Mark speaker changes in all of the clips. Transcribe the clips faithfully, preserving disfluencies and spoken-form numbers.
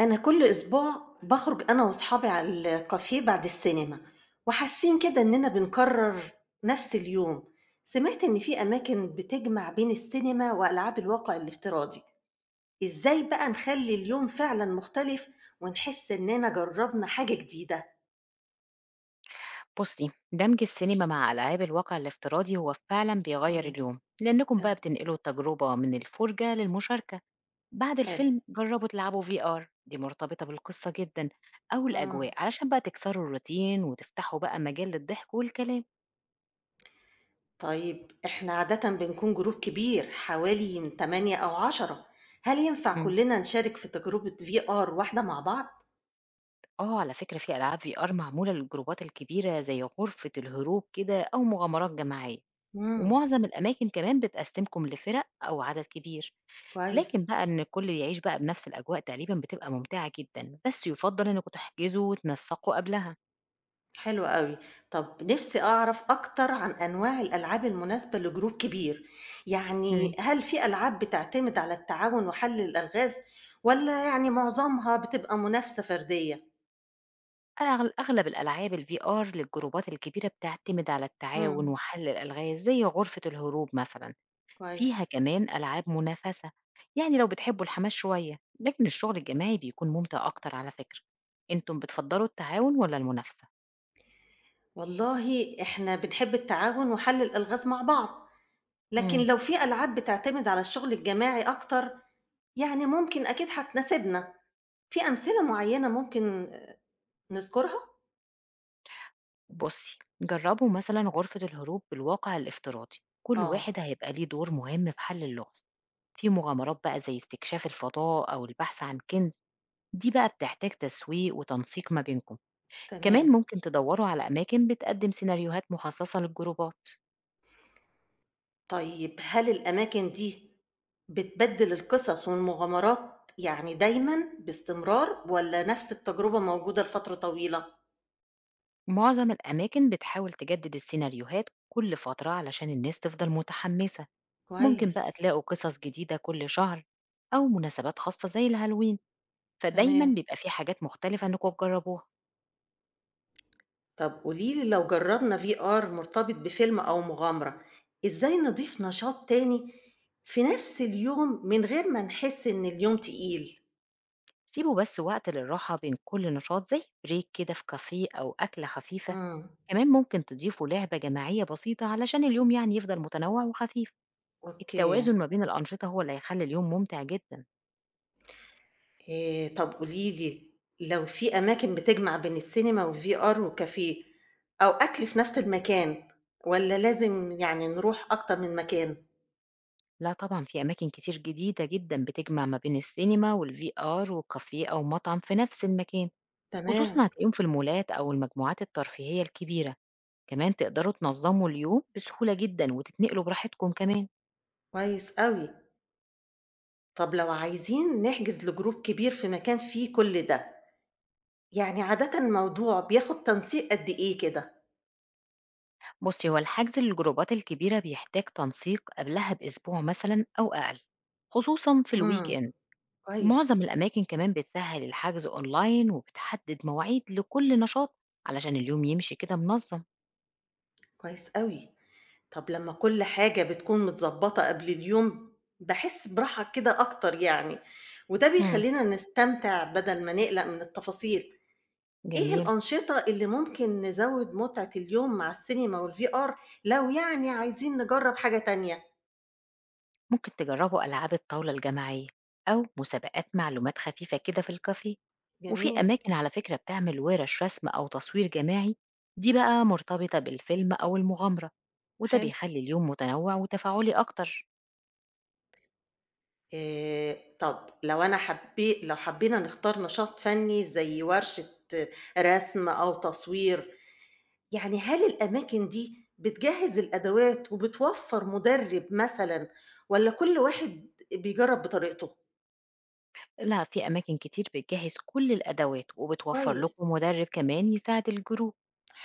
Speaker 1: أنا كل أسبوع باخرج أنا وأصحابي على الكافيه بعد السينما. وحاسين كده إننا بنكرر نفس اليوم. سمعت إن في أماكن بتجمع بين السينما وألعاب الواقع الافتراضي. إزاي بقى نخلي اليوم فعلا مختلف ونحس إننا جربنا حاجة جديدة؟
Speaker 2: بُصّي، دمج السينما مع ألعاب الواقع الافتراضي هو فعلًا بيغيّر
Speaker 1: مم.
Speaker 2: اليوم، لإنكم بقى
Speaker 1: تمام.
Speaker 2: بتنقلوا التجربة من الفرجة للمشاركة، بعد
Speaker 1: حلو.
Speaker 2: الفيلم جرّبوا تلعبوا في آر دي مرتبطة بالقصة جدًا أو
Speaker 1: مم.
Speaker 2: الأجواء، علشان بقى تكسروا الروتين وتفتحوا بقى مجال للضحك والكلام.
Speaker 1: طيب إحنا عادة بنكون جروب كبير حوالي من تمانية أو عشرة. هل ينفع
Speaker 2: إمم.
Speaker 1: كلنا نشارك في تجربة V R واحدة مع بعض؟
Speaker 2: آه، على فكرة في ألعاب V R معمولة للجروبات الكبيرة زي غرفة الهروب كده أو مغامرات جماعية،
Speaker 1: مم.
Speaker 2: ومعظم الأماكن كمان بتقسّمكم لفِرَق أو عدد كبير. لكن
Speaker 1: كويس،
Speaker 2: بقى إن الكل يعيش بقى بنفس الأجواء تقريبًا بتبقى ممتعة جدًا، بس يُفضّل إنكم تحجزوا وتنسّقوا قبلها.
Speaker 1: حلو أوي. طب نِفْسي أعرف أكتر عن أنواع الألعاب المناسبة لجروب كبير،
Speaker 2: إمم.
Speaker 1: يعني هل في ألعاب بتعتمد على التعاون وحل الألغاز والّا يعني معظمها بتبقى منافسة فردية؟
Speaker 2: أغل أغلب الألعاب الVR للجروبات الكبيرة بتعتمد على التعاون
Speaker 1: إمم،
Speaker 2: وحل الألغاز، زي غرفة الهروب مثلًا، فيها
Speaker 1: كويس.
Speaker 2: كمان ألعاب منافسة، يعني لو بتحبوا الحماس شوية، لكن الشغل الجماعي بيكون ممتع أكتر على فكرة. أنتم بتفضّلوا التعاون والّا المنافسة؟
Speaker 1: والله إحنا بنحب التعاون وحل الألغاز مع بعض، لكن
Speaker 2: إمم.
Speaker 1: لو في ألعاب بتعتمد على الشغل الجماعي أكتر، يعني ممكن أكيد هتناسبنا. في أمثلة معيّنة ممكن نذكرها؟
Speaker 2: بصي جربوا مثلا غرفة الهروب بالواقع الافتراضي، كل واحد
Speaker 1: آه،
Speaker 2: هيبقى ليه دور مهم في حل اللغز. في مغامرات بقى زي استكشاف الفضاء أو البحث عن كنز، دي بقى بتحتاج تسويق وتنسيق ما بينكم.
Speaker 1: تمام.
Speaker 2: كمان ممكن تدوروا على أماكن بتقدم سيناريوهات مخصصة للجروبات.
Speaker 1: طيب هل الأماكن دي بتبدِّل القصص والمغامرات يعني دايمًا باستمرار والّا نفس التجربة موجودة لفترة طويلة؟
Speaker 2: معظم الأماكن بتحاول تجدد السيناريوهات كل فترة علشان الناس تفضل متحمسة، ممكن بقى
Speaker 1: كويس،
Speaker 2: تلاقوا قصص جديدة كل شهر أو مناسبات خاصة زي الهالوين، فدايما
Speaker 1: تمام.
Speaker 2: بيبقى في حاجات مختلفة إنكم تجربوها.
Speaker 1: طب قولي لي لو جرّبنا V R مرتبط بفيلم أو مغامرة، إزاي نضيف نشاط تاني في نفس اليوم من غير ما نحس إن اليوم تقيل؟
Speaker 2: سيبوا بس وقت للراحة بين كل نشاط زي بريك كده في كافيه أو أكلة خفيفة،
Speaker 1: إمم،
Speaker 2: كمان ممكن تضيفوا لعبة جماعية بسيطة علشان اليوم يعني يفضل متنوع وخفيف.
Speaker 1: أوكي.
Speaker 2: التوازن ما بين الأنشطة هو اللي هيخلي اليوم ممتع جدا.
Speaker 1: آآ طب قولي لي، لو في أماكن بتجمع بين السينما وVR وكافيه أو أكل في نفس المكان والّا لازم يعني نروح أكتر من مكان؟
Speaker 2: لا طبعا، في أماكن كتير جديدة جدا بتجمع ما بين السينما والفي آر وكافيه أو مطعم في نفس المكان،
Speaker 1: تمام،
Speaker 2: خصوصا هتلاقيهم في المولات أو المجموعات الترفيهية الكبيرة. كمان تقدروا تنظموا اليوم بسهولة جدا وتتنقلوا براحتكم كمان.
Speaker 1: كويس أوي. طب لو عايزين نحجز لجروب كبير في مكان فيه كل ده، يعني عادةً الموضوع بياخد تنسيق قد إيه كده؟
Speaker 2: بصي، هو الحجز للجروبات الكبيرة بيحتاج تنسيق قبلها بأسبوع مثلا أو أقل، خصوصا في الويك
Speaker 1: إمم،
Speaker 2: إند. معظم
Speaker 1: كويس،
Speaker 2: الأماكن كمان بتسهل الحجز أونلاين وبتحدد مواعيد لكل نشاط علشان اليوم يمشي كده منظم.
Speaker 1: كويس أوي. طب لمّا كل حاجة بتكون متضبّطة قبل اليوم، باحس براحة كده أكتر يعني، وده
Speaker 2: مم.
Speaker 1: بيخلّينا نستمتع بدل ما نقلق من التفاصيل. إيه
Speaker 2: جميل.
Speaker 1: الأنشطة اللي ممكن نزوّد متعة اليوم مع السينما والVR لو يعني عايزين نجرّب حاجة تانية؟
Speaker 2: ممكن تجربوا ألعاب الطاولة الجماعية أو مسابقات معلومات خفيفة كده في الكافيه، وفي
Speaker 1: جميل،
Speaker 2: أماكن على فكرة بتعمل ورش رسم أو تصوير جماعي، دي بقى مرتبطة بالفيلم أو المغامرة، وده
Speaker 1: حلو.
Speaker 2: بيخلي اليوم متنوع وتفاعلي أكتر.
Speaker 1: آآ طب لو أنا حبي لو حبينا نختار نشاط فني زي ورشة رسم أو تصوير، يعني هل الأماكن دي بتجهّز الأدوات وبتوفّر مُدرِّب مثلًا والّا كل واحد بيجرّب بطريقته؟
Speaker 2: لأ، في أماكن كتير بتجهّز كل الأدوات، وبتوفّر
Speaker 1: كويس،
Speaker 2: لكم مُدرِّب كمان يساعد الجروب،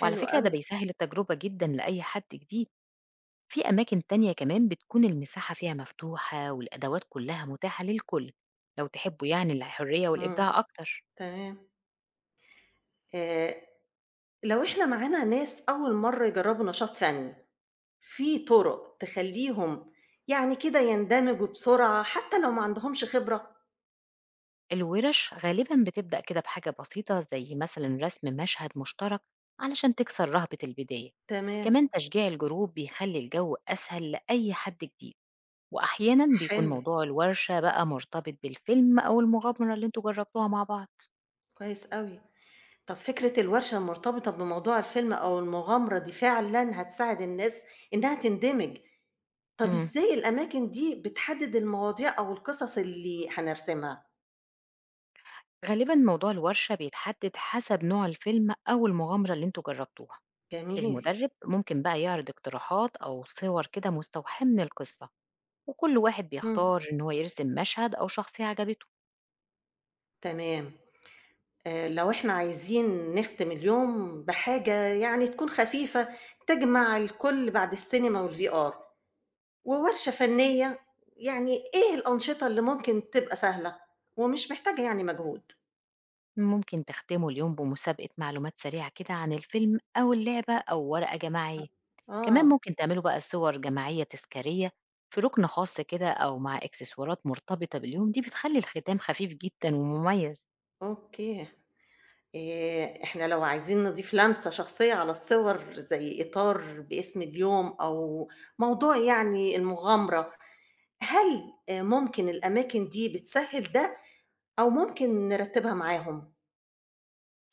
Speaker 2: وعلى فكرة ده
Speaker 1: أوي،
Speaker 2: بيسهّل التجربة جدًا لأي حد جديد. في أماكن تانية كمان بتكون المساحة فيها مفتوحة والأدوات كلّها متاحة للكل، لو تحبّوا يعني الحرية
Speaker 1: إمم،
Speaker 2: والإبداع أكتر.
Speaker 1: تمام. آآ لو إحنا معانا ناس أول مرّة يجرّبوا نشاط فَني، في طُرق تخلّيهم يعني كده يندمجوا بسرعة حتى لو ما عندهمش خبرة؟
Speaker 2: الوِرش غالبًا بتبدأ كده بحاجة بسيطة زي مثلًا رسم مشهد مشترك علشان تكسر رهبة البداية،
Speaker 1: تمام،
Speaker 2: كمان تشجيع الجروب بيخلّي الجو أسهل لأي حد جديد. وأحيانًا بيكون
Speaker 1: حلو،
Speaker 2: موضوع الورشة بقى مرتبط بالفيلم أو المغامرة اللي أنتم جربتوها مع بعض.
Speaker 1: كويس أوي. طَب فكرة الورشة المرتبطة بموضوع الفيلم أو المغامرة دي فعلًا هتساعد الناس إنها تندمج. طَب
Speaker 2: امم.
Speaker 1: إزاي الأماكن دي بتحدد المواضيع أو القصص اللي هنرسمها؟
Speaker 2: غالبًا موضوع الورشة بيتحدد حسب نوع الفيلم أو المغامرة اللي أنتم جربتوها.
Speaker 1: جميل،
Speaker 2: المدرب ممكن بقى يعرض اقتراحات أو صور كده مستوحاة من القصة، وكل واحد
Speaker 1: إمم،
Speaker 2: بيختار إن هو يرسم مشهد أو شخصية عجبته.
Speaker 1: تمام. آآ، لو إحنا عايزين نختم اليوم بحاجة يعني تكون خفيفة تجمع الكل بعد السينما والVR وورشة فنية، يعني إيه الأنشطة اللي ممكن تبقى سهلة ومش محتاجة يعني مجهود؟
Speaker 2: ممكن تختموا اليوم بمسابقة معلومات سريعة كده عن الفيلم أو اللعبة أو ورقة
Speaker 1: أ
Speaker 2: جماعية. كمان
Speaker 1: آه،
Speaker 2: ممكن تعملوا بقى صور جماعية تذكارية في ركن خاص كده أو مع إكسسوارات مرتبطة باليوم، دي بتخلي الختام خفيف جدا ومميز.
Speaker 1: أوكي. آآ إحنا لو عايزين نضيف لمسة شخصية على الصور زي إطار باسم اليوم أو موضوع يعني المغامرة، هل آآ ممكن الأماكن دي بتسهّل ده أو ممكن نرتّبها معاهم؟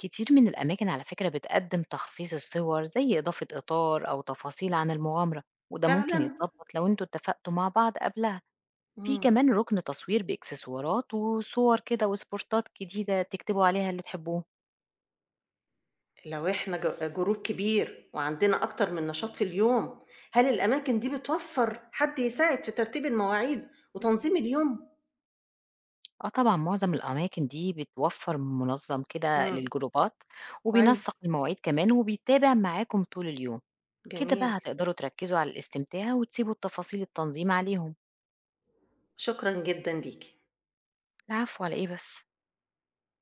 Speaker 2: كتير من الأماكن على فكرة بتقدم تخصيص الصور زي إضافة إطار أو تفاصيل عن المغامرة، وده ممكن
Speaker 1: فعلًا؟
Speaker 2: يتظبط لو انتوا اتفقتوا مع بعض قبلها. في
Speaker 1: إمم.
Speaker 2: كمان ركن تصوير بإكسسوارات وصور كده وسبورتات جديدة تكتبوا عليها اللي تحبوه.
Speaker 1: لو إحنا ج جروب كبير وعندنا أكتر من نشاط في اليوم، هل الأماكن دي بتوفّر حد يساعد في ترتيب المواعيد وتنظيم اليوم؟
Speaker 2: آه طبعًا، معظم الأماكن دي بتوفّر منظَّم كده
Speaker 1: إمم.
Speaker 2: للجروبات، وبينسّق
Speaker 1: كويس.
Speaker 2: المواعيد كمان وبيتابع معاكم طول اليوم، كده
Speaker 1: جميل.
Speaker 2: بقى هتقدروا تركّزوا على الاستمتاع وتسيبوا التفاصيل التنظيم عليهم.
Speaker 1: شكرًا جدًا ليكِ.
Speaker 2: العفو، على إيه بس.